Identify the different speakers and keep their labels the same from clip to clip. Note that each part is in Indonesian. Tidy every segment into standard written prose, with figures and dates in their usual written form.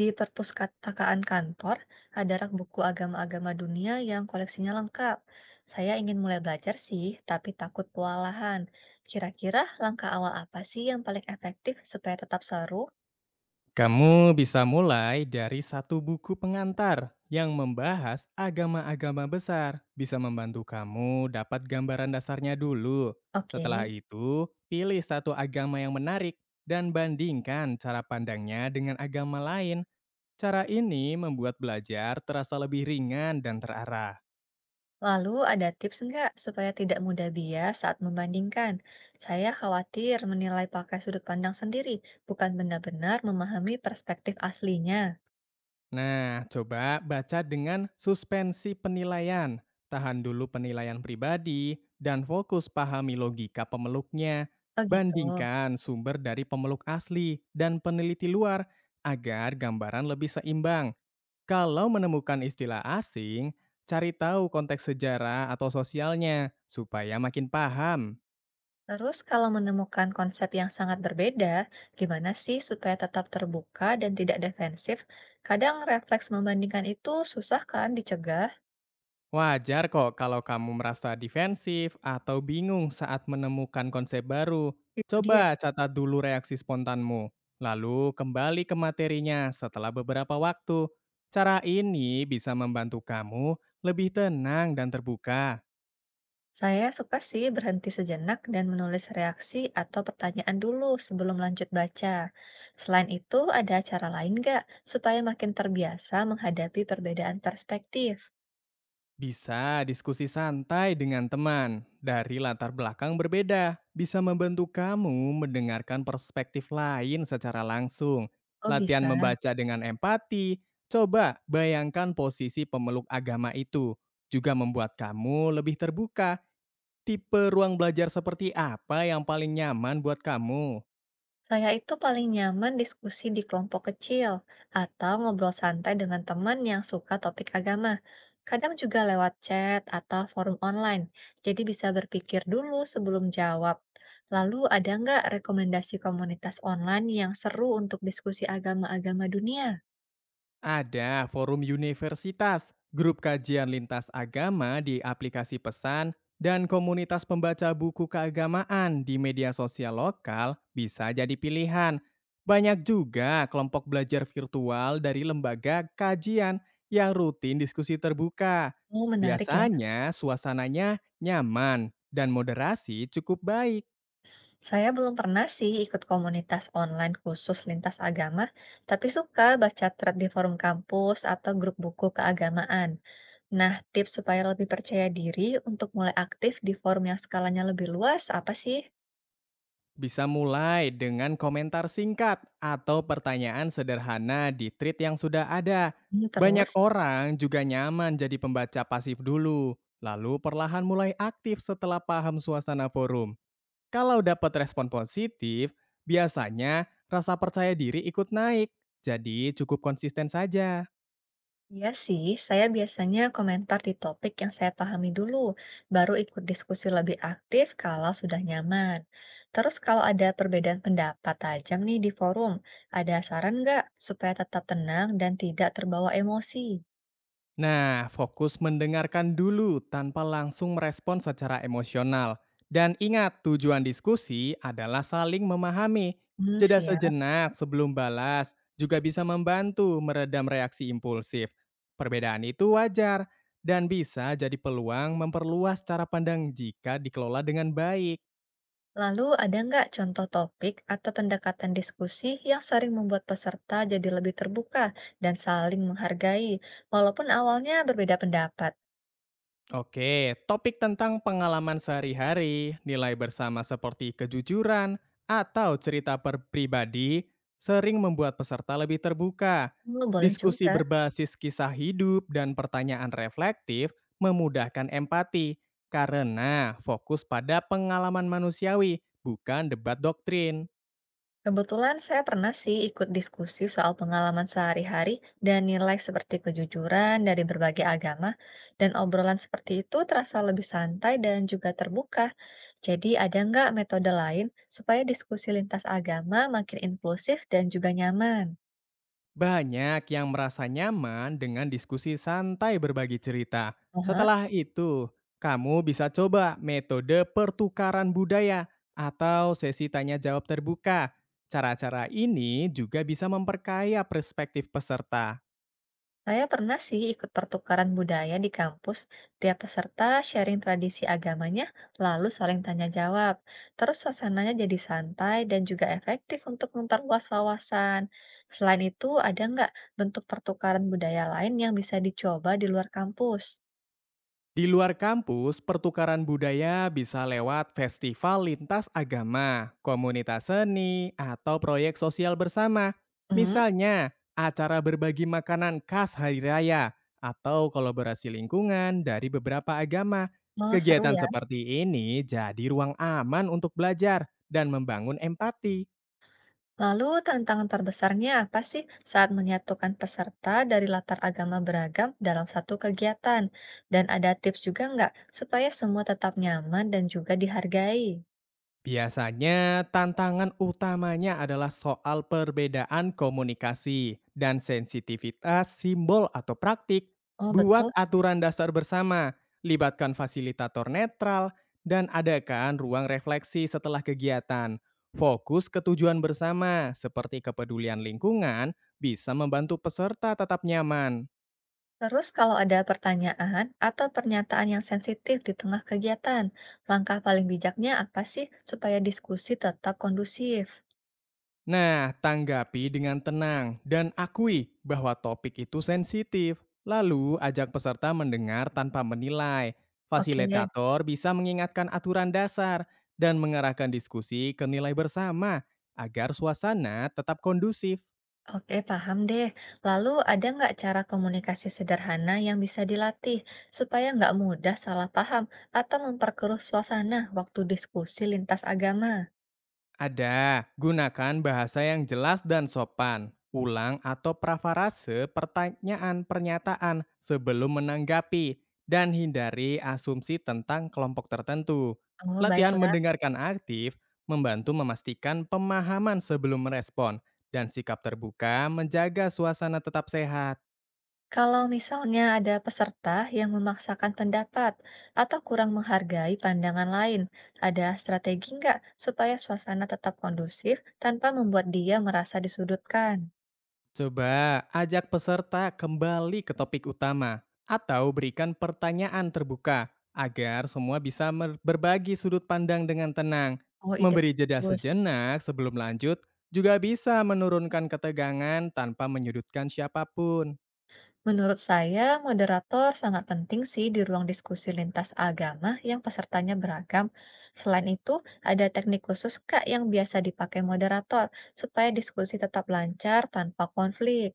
Speaker 1: Di perpustakaan kantor, ada rak buku agama-agama dunia yang koleksinya lengkap. Saya ingin mulai belajar sih, tapi takut kewalahan. Kira-kira langkah awal apa sih yang paling efektif supaya tetap seru?
Speaker 2: Kamu bisa mulai dari satu buku pengantar yang membahas agama-agama besar. Bisa membantu kamu dapat gambaran dasarnya dulu.
Speaker 1: Oke,
Speaker 2: Setelah itu, pilih satu agama yang menarik dan bandingkan cara pandangnya dengan agama lain. Cara ini membuat belajar terasa lebih ringan dan terarah.
Speaker 1: lalu ada tips nggak supaya tidak mudah bias saat membandingkan? Saya khawatir menilai pakai sudut pandang sendiri, bukan benar-benar memahami perspektif aslinya.
Speaker 2: Nah, coba baca dengan suspensi penilaian. Tahan dulu penilaian pribadi dan fokus pahami logika pemeluknya.
Speaker 1: Oh gitu.
Speaker 2: Bandingkan sumber dari pemeluk asli dan peneliti luar agar gambaran lebih seimbang. Kalau menemukan istilah asing, cari tahu konteks sejarah atau sosialnya supaya makin paham.
Speaker 1: Terus kalau menemukan konsep yang sangat berbeda, gimana sih supaya tetap terbuka dan tidak defensif? Kadang refleks membandingkan itu susah kan dicegah?
Speaker 2: Wajar kok kalau kamu merasa defensif atau bingung saat menemukan konsep baru.
Speaker 1: Itu dia.
Speaker 2: Coba catat dulu reaksi spontanmu, lalu kembali ke materinya setelah beberapa waktu. Cara ini bisa membantu kamu lebih tenang dan terbuka.
Speaker 1: Saya suka sih berhenti sejenak dan menulis reaksi atau pertanyaan dulu sebelum lanjut baca. Selain itu, ada cara lain nggak supaya makin terbiasa menghadapi perbedaan perspektif?
Speaker 2: Bisa diskusi santai dengan teman dari latar belakang berbeda, bisa membantu kamu mendengarkan perspektif lain secara langsung.
Speaker 1: Oh,
Speaker 2: Latihan
Speaker 1: bisa.
Speaker 2: membaca dengan empati, coba bayangkan posisi pemeluk agama itu, juga membuat kamu lebih terbuka. Tipe ruang belajar seperti apa yang paling nyaman buat kamu?
Speaker 1: Saya itu paling nyaman diskusi di kelompok kecil atau ngobrol santai dengan teman yang suka topik agama. Kadang juga lewat chat atau forum online, jadi bisa berpikir dulu sebelum jawab. Lalu ada nggak rekomendasi komunitas online yang seru untuk diskusi agama-agama dunia?
Speaker 2: Ada forum universitas, grup kajian lintas agama di aplikasi pesan, dan komunitas pembaca buku keagamaan di media sosial lokal bisa jadi pilihan. Banyak juga kelompok belajar virtual dari lembaga kajian yang rutin diskusi terbuka.
Speaker 1: Oh, menarik ya.
Speaker 2: Biasanya suasananya nyaman dan moderasi cukup baik.
Speaker 1: Saya belum pernah sih ikut komunitas online khusus lintas agama, tapi suka baca thread di forum kampus atau grup buku keagamaan. Nah, tips supaya lebih percaya diri untuk mulai aktif di forum yang skalanya lebih luas apa sih?
Speaker 2: Bisa mulai dengan komentar singkat atau pertanyaan sederhana di tweet yang sudah ada. Banyak
Speaker 1: Terus,
Speaker 2: orang juga nyaman jadi pembaca pasif dulu, lalu perlahan mulai aktif setelah paham suasana forum. Kalau dapat respon positif, biasanya rasa percaya diri ikut naik. Jadi cukup konsisten saja.
Speaker 1: iya sih, saya biasanya komentar di topik yang saya pahami dulu, baru ikut diskusi lebih aktif kalau sudah nyaman. Terus kalau ada perbedaan pendapat tajam nih di forum, ada saran nggak supaya tetap tenang dan tidak terbawa emosi?
Speaker 2: Nah, fokus mendengarkan dulu tanpa langsung merespon secara emosional. Dan ingat, tujuan diskusi adalah saling memahami. Jeda
Speaker 1: Siap.
Speaker 2: sejenak sebelum balas juga bisa membantu meredam reaksi impulsif. Perbedaan itu wajar dan bisa jadi peluang memperluas cara pandang jika dikelola dengan baik.
Speaker 1: Lalu ada nggak contoh topik atau pendekatan diskusi yang sering membuat peserta jadi lebih terbuka dan saling menghargai, walaupun awalnya berbeda pendapat?
Speaker 2: Oke, topik tentang pengalaman sehari-hari, nilai bersama seperti kejujuran, atau cerita per pribadi sering membuat peserta lebih terbuka.
Speaker 1: Boleh
Speaker 2: Diskusi
Speaker 1: juga.
Speaker 2: berbasis kisah hidup dan pertanyaan reflektif memudahkan empati karena fokus pada pengalaman manusiawi, bukan debat doktrin.
Speaker 1: Kebetulan saya pernah sih ikut diskusi soal pengalaman sehari-hari dan nilai seperti kejujuran dari berbagai agama, dan obrolan seperti itu terasa lebih santai dan juga terbuka. Jadi ada nggak metode lain supaya diskusi lintas agama makin inklusif dan juga nyaman?
Speaker 2: Banyak yang merasa nyaman dengan diskusi santai berbagi cerita.
Speaker 1: Aha.
Speaker 2: Setelah itu, kamu bisa coba metode pertukaran budaya atau sesi tanya jawab terbuka. Cara-cara ini juga bisa memperkaya perspektif peserta.
Speaker 1: Saya pernah sih ikut pertukaran budaya di kampus. Tiap peserta sharing tradisi agamanya, lalu saling tanya jawab. Terus suasananya jadi santai dan juga efektif untuk memperluas wawasan. Selain itu, ada nggak bentuk pertukaran budaya lain yang bisa dicoba di luar kampus?
Speaker 2: Di luar kampus, pertukaran budaya bisa lewat festival lintas agama, komunitas seni, atau proyek sosial bersama.
Speaker 1: Hmm,
Speaker 2: Misalnya, acara berbagi makanan khas hari raya atau kolaborasi lingkungan dari beberapa agama.
Speaker 1: Mau seru
Speaker 2: Kegiatan
Speaker 1: ya?
Speaker 2: seperti ini jadi ruang aman untuk belajar dan membangun empati.
Speaker 1: Lalu tantangan terbesarnya apa sih saat menyatukan peserta dari latar agama beragam dalam satu kegiatan? Dan ada tips juga nggak supaya semua tetap nyaman dan juga dihargai?
Speaker 2: Biasanya, tantangan utamanya adalah soal perbedaan komunikasi dan sensitivitas simbol atau praktik.
Speaker 1: Oh
Speaker 2: Buat
Speaker 1: betul.
Speaker 2: aturan dasar bersama, libatkan fasilitator netral, dan adakan ruang refleksi setelah kegiatan. Fokus ke tujuan bersama, seperti kepedulian lingkungan, bisa membantu peserta tetap nyaman.
Speaker 1: Terus kalau ada pertanyaan atau pernyataan yang sensitif di tengah kegiatan, langkah paling bijaknya apa sih supaya diskusi tetap kondusif?
Speaker 2: Nah, tanggapi dengan tenang dan akui bahwa topik itu sensitif. Lalu, ajak peserta mendengar tanpa menilai.
Speaker 1: Oke.
Speaker 2: Fasilitator bisa mengingatkan aturan dasar dan mengarahkan diskusi ke nilai bersama agar suasana tetap kondusif.
Speaker 1: Oke, paham deh. Lalu ada nggak cara komunikasi sederhana yang bisa dilatih supaya nggak mudah salah paham atau memperkeruh suasana waktu diskusi lintas agama?
Speaker 2: Ada, gunakan bahasa yang jelas dan sopan. Ulang atau prafarase pertanyaan pernyataan sebelum menanggapi dan hindari asumsi tentang kelompok tertentu.
Speaker 1: Oh,
Speaker 2: Latihan
Speaker 1: baiklah.
Speaker 2: mendengarkan aktif membantu memastikan pemahaman sebelum merespon dan sikap terbuka menjaga suasana tetap sehat.
Speaker 1: Kalau misalnya ada peserta yang memaksakan pendapat atau kurang menghargai pandangan lain, ada strategi nggak supaya suasana tetap kondusif tanpa membuat dia merasa disudutkan?
Speaker 2: Coba ajak peserta kembali ke topik utama atau berikan pertanyaan terbuka agar semua bisa berbagi sudut pandang dengan tenang.
Speaker 1: Oh, ide
Speaker 2: Memberi jeda
Speaker 1: bagus.
Speaker 2: sejenak sebelum lanjut juga bisa menurunkan ketegangan tanpa menyudutkan siapapun.
Speaker 1: Menurut saya, moderator sangat penting sih di ruang diskusi lintas agama yang pesertanya beragam. Selain itu, ada teknik khusus Kak yang biasa dipakai moderator supaya diskusi tetap lancar tanpa konflik.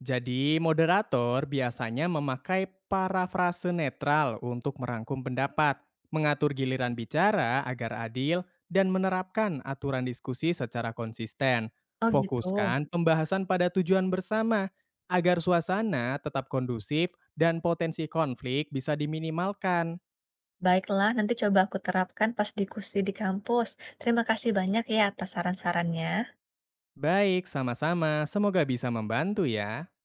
Speaker 2: Jadi, moderator biasanya memakai parafrase netral untuk merangkum pendapat, mengatur giliran bicara agar adil, dan menerapkan aturan diskusi secara konsisten.
Speaker 1: Oh gitu.
Speaker 2: Fokuskan pembahasan pada tujuan bersama agar suasana tetap kondusif dan potensi konflik bisa diminimalkan.
Speaker 1: Baiklah, nanti coba aku terapkan pas diskusi di kampus. Terima kasih banyak ya atas saran-sarannya.
Speaker 2: Baik, sama-sama. Semoga bisa membantu ya.